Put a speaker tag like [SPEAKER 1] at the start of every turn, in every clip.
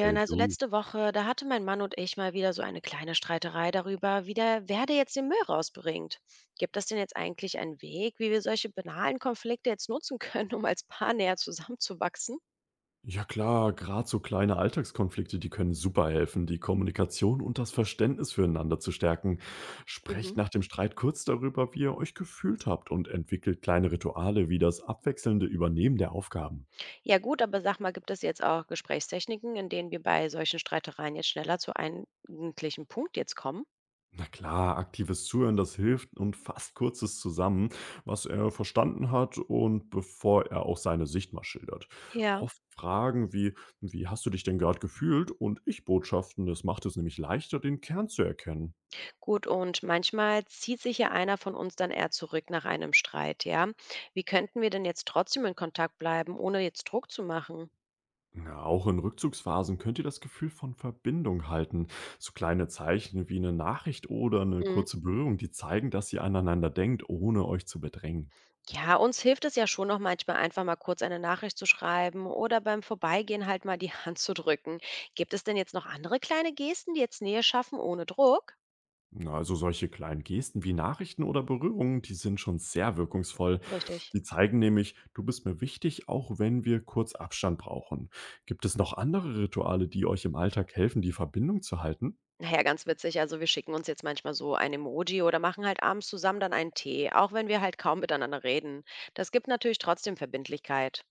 [SPEAKER 1] Hey
[SPEAKER 2] also
[SPEAKER 1] du.
[SPEAKER 2] letzte Woche, da hatte mein Mann und ich mal wieder so eine kleine Streiterei darüber, wie der Werde jetzt den Müll rausbringt. Gibt es denn jetzt eigentlich einen Weg, wie wir solche banalen Konflikte jetzt nutzen können, um als Paar näher zusammenzuwachsen?
[SPEAKER 1] Ja klar, gerade so kleine Alltagskonflikte, die können super helfen, die Kommunikation und das Verständnis füreinander zu stärken.
[SPEAKER 2] Mhm.
[SPEAKER 1] Sprecht nach dem Streit kurz darüber, wie ihr euch gefühlt habt und entwickelt kleine Rituale wie das abwechselnde Übernehmen der Aufgaben.
[SPEAKER 2] Ja gut, aber sag mal, gibt es jetzt auch Gesprächstechniken, in denen wir bei solchen Streitereien jetzt schneller zu einem eigentlichen Punkt jetzt kommen?
[SPEAKER 1] Na klar, aktives Zuhören, das hilft und fasst kurzes zusammen, was er verstanden hat und bevor er auch seine Sicht mal schildert.
[SPEAKER 2] Ja,
[SPEAKER 1] Oft Fragen wie, wie hast du dich denn gerade gefühlt und Ich-Botschaften, das macht es nämlich leichter, den Kern zu erkennen.
[SPEAKER 2] gut, und manchmal zieht sich ja einer von uns dann eher zurück nach einem Streit, ja? Wie könnten wir denn jetzt trotzdem in Kontakt bleiben, ohne jetzt Druck zu machen?
[SPEAKER 1] Na, auch in Rückzugsphasen könnt ihr das Gefühl von Verbindung halten. So kleine Zeichen wie eine Nachricht oder eine
[SPEAKER 2] Mhm.
[SPEAKER 1] kurze Berührung, die zeigen, dass ihr aneinander denkt, ohne euch zu bedrängen.
[SPEAKER 2] Ja, uns hilft es ja schon noch manchmal einfach mal kurz eine Nachricht zu schreiben oder beim Vorbeigehen halt mal die Hand zu drücken. Gibt es denn jetzt noch andere kleine Gesten, die jetzt Nähe schaffen ohne Druck?
[SPEAKER 1] Na, also solche kleinen Gesten wie Nachrichten oder Berührungen, die sind schon sehr wirkungsvoll.
[SPEAKER 2] Richtig.
[SPEAKER 1] Die zeigen nämlich, du bist mir wichtig, auch wenn wir kurz Abstand brauchen. Gibt es noch andere Rituale, die euch im Alltag helfen, die Verbindung zu halten?
[SPEAKER 2] Naja, ganz witzig. Also wir schicken uns jetzt manchmal so ein Emoji oder machen halt abends zusammen dann einen Tee, auch wenn wir halt kaum miteinander reden. Das gibt natürlich trotzdem Verbindlichkeit.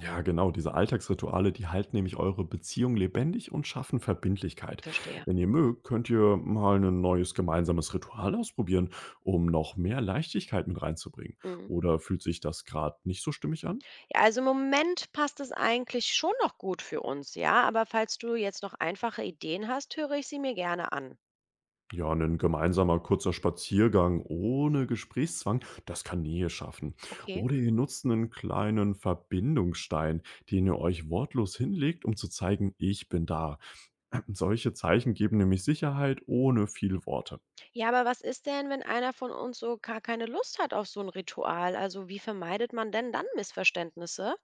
[SPEAKER 1] Ja, genau, diese Alltagsrituale, die halten nämlich eure Beziehung lebendig und schaffen Verbindlichkeit.
[SPEAKER 2] Verstehe.
[SPEAKER 1] Wenn ihr mögt, könnt ihr mal ein neues gemeinsames Ritual ausprobieren, um noch mehr Leichtigkeit mit reinzubringen.
[SPEAKER 2] Mhm.
[SPEAKER 1] Oder fühlt sich das gerade nicht so stimmig an?
[SPEAKER 2] Ja, also im Moment passt es eigentlich schon noch gut für uns, ja. Aber falls du jetzt noch einfache Ideen hast, höre ich sie mir gerne an.
[SPEAKER 1] Ja, ein gemeinsamer kurzer Spaziergang ohne Gesprächszwang, das kann Nähe schaffen.
[SPEAKER 2] Okay.
[SPEAKER 1] Oder ihr nutzt einen kleinen Verbindungsstein, den ihr euch wortlos hinlegt, um zu zeigen, ich bin da. Solche Zeichen geben nämlich Sicherheit ohne viele Worte.
[SPEAKER 2] Ja, aber was ist denn, wenn einer von uns so gar keine Lust hat auf so ein Ritual? Also, wie vermeidet man denn dann Missverständnisse?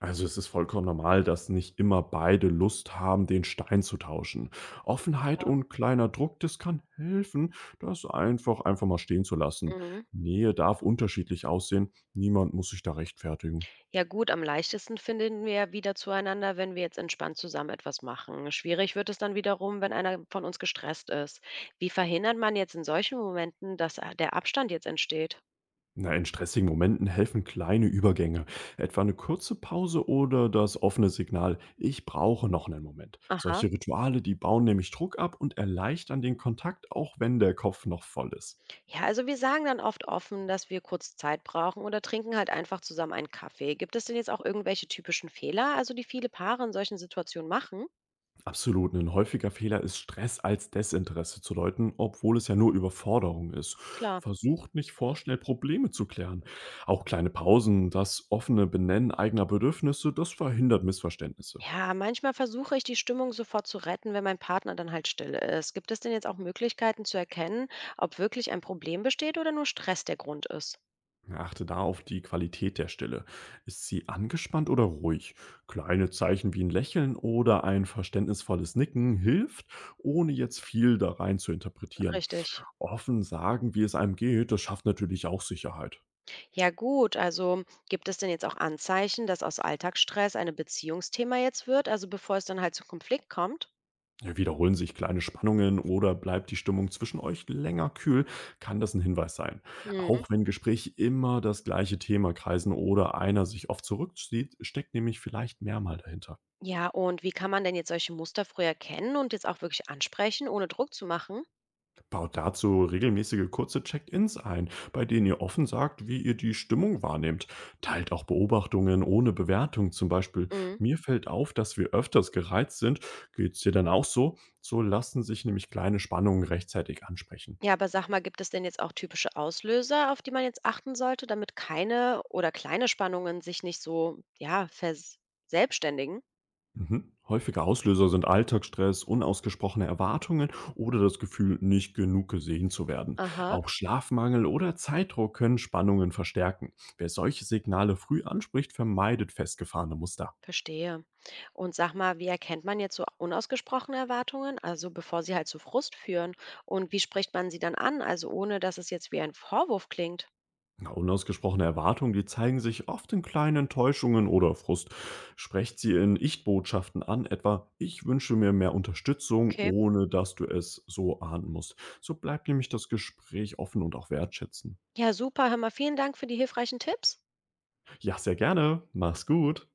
[SPEAKER 1] Also es ist vollkommen normal, dass nicht immer beide Lust haben, den Stein zu tauschen. Offenheit und kleiner Druck, das kann helfen, das einfach mal stehen zu lassen.
[SPEAKER 2] Mhm.
[SPEAKER 1] Nähe darf unterschiedlich aussehen, niemand muss sich da rechtfertigen.
[SPEAKER 2] Ja gut, am leichtesten finden wir wieder zueinander, wenn wir jetzt entspannt zusammen etwas machen. Schwierig wird es dann wiederum, wenn einer von uns gestresst ist. Wie verhindert man jetzt in solchen Momenten, dass, der Abstand jetzt entsteht?
[SPEAKER 1] Na, in stressigen Momenten helfen kleine Übergänge, etwa eine kurze Pause oder das offene Signal, ich brauche noch einen Moment.
[SPEAKER 2] Aha.
[SPEAKER 1] Solche Rituale, die bauen nämlich Druck ab und erleichtern den Kontakt, auch wenn der Kopf noch voll ist.
[SPEAKER 2] Ja, also wir sagen dann oft offen, dass wir kurz Zeit brauchen oder trinken halt einfach zusammen einen Kaffee. Gibt es denn jetzt auch irgendwelche typischen Fehler, also die viele Paare in solchen Situationen machen?
[SPEAKER 1] Absolut. Ein häufiger Fehler ist, Stress als Desinteresse zu deuten, obwohl es ja nur Überforderung ist.
[SPEAKER 2] Klar.
[SPEAKER 1] Versucht nicht vorschnell Probleme zu klären. Auch kleine Pausen, das offene Benennen eigener Bedürfnisse, das verhindert Missverständnisse.
[SPEAKER 2] Ja, manchmal versuche ich, die Stimmung sofort zu retten, wenn mein Partner dann halt still ist. Gibt es denn jetzt auch Möglichkeiten zu erkennen, ob wirklich ein Problem besteht oder nur Stress der Grund ist?
[SPEAKER 1] Achte da auf die Qualität der Stille. Ist sie angespannt oder ruhig? Kleine Zeichen wie ein Lächeln oder ein verständnisvolles Nicken hilft, ohne jetzt viel da rein zu interpretieren.
[SPEAKER 2] Richtig.
[SPEAKER 1] Offen sagen, wie es einem geht, das schafft natürlich auch Sicherheit.
[SPEAKER 2] Ja, gut. Also gibt es denn jetzt auch Anzeichen, dass aus Alltagsstress eine Beziehungsthema jetzt wird, also bevor es dann halt zum Konflikt kommt?
[SPEAKER 1] Wiederholen sich kleine Spannungen oder bleibt die Stimmung zwischen euch länger kühl, kann das ein Hinweis sein.
[SPEAKER 2] Mhm.
[SPEAKER 1] Auch wenn Gespräche immer das gleiche Thema kreisen oder einer sich oft zurückzieht, steckt nämlich vielleicht mehr mal dahinter.
[SPEAKER 2] Ja, und wie kann man denn jetzt solche Muster früh erkennen und jetzt auch wirklich ansprechen, ohne Druck zu machen?
[SPEAKER 1] Baut dazu regelmäßige kurze Check-ins ein, bei denen ihr offen sagt, wie ihr die Stimmung wahrnehmt. Teilt auch Beobachtungen ohne Bewertung, zum Beispiel:
[SPEAKER 2] Mhm.
[SPEAKER 1] „Mir fällt auf, dass wir öfters gereizt sind. Geht's dir dann auch so?“ So lassen sich nämlich kleine Spannungen rechtzeitig ansprechen.
[SPEAKER 2] Ja, aber sag mal, gibt es denn jetzt auch typische Auslöser, auf die man jetzt achten sollte, damit keine oder kleine Spannungen sich nicht so, ja, verselbstständigen?
[SPEAKER 1] Mhm. Häufige Auslöser sind Alltagsstress, unausgesprochene Erwartungen oder das Gefühl, nicht genug gesehen zu werden.
[SPEAKER 2] Aha,
[SPEAKER 1] Auch Schlafmangel oder Zeitdruck können Spannungen verstärken. Wer solche Signale früh anspricht, vermeidet festgefahrene Muster.
[SPEAKER 2] verstehe. Und sag mal, wie erkennt man jetzt so unausgesprochene Erwartungen, also bevor sie halt zu Frust führen? Und wie spricht man sie dann an, also ohne dass es jetzt wie ein Vorwurf klingt?
[SPEAKER 1] Na, unausgesprochene Erwartungen, die zeigen sich oft in kleinen Täuschungen oder Frust. Sprecht sie in Ich-Botschaften an, etwa Ich wünsche mir mehr Unterstützung,
[SPEAKER 2] Okay.
[SPEAKER 1] ohne dass du es so ahnen musst. So bleibt nämlich das Gespräch offen und auch wertschätzen.
[SPEAKER 2] Ja, super. Hör mal, vielen Dank für die hilfreichen Tipps.
[SPEAKER 1] Ja, sehr gerne. Mach's gut.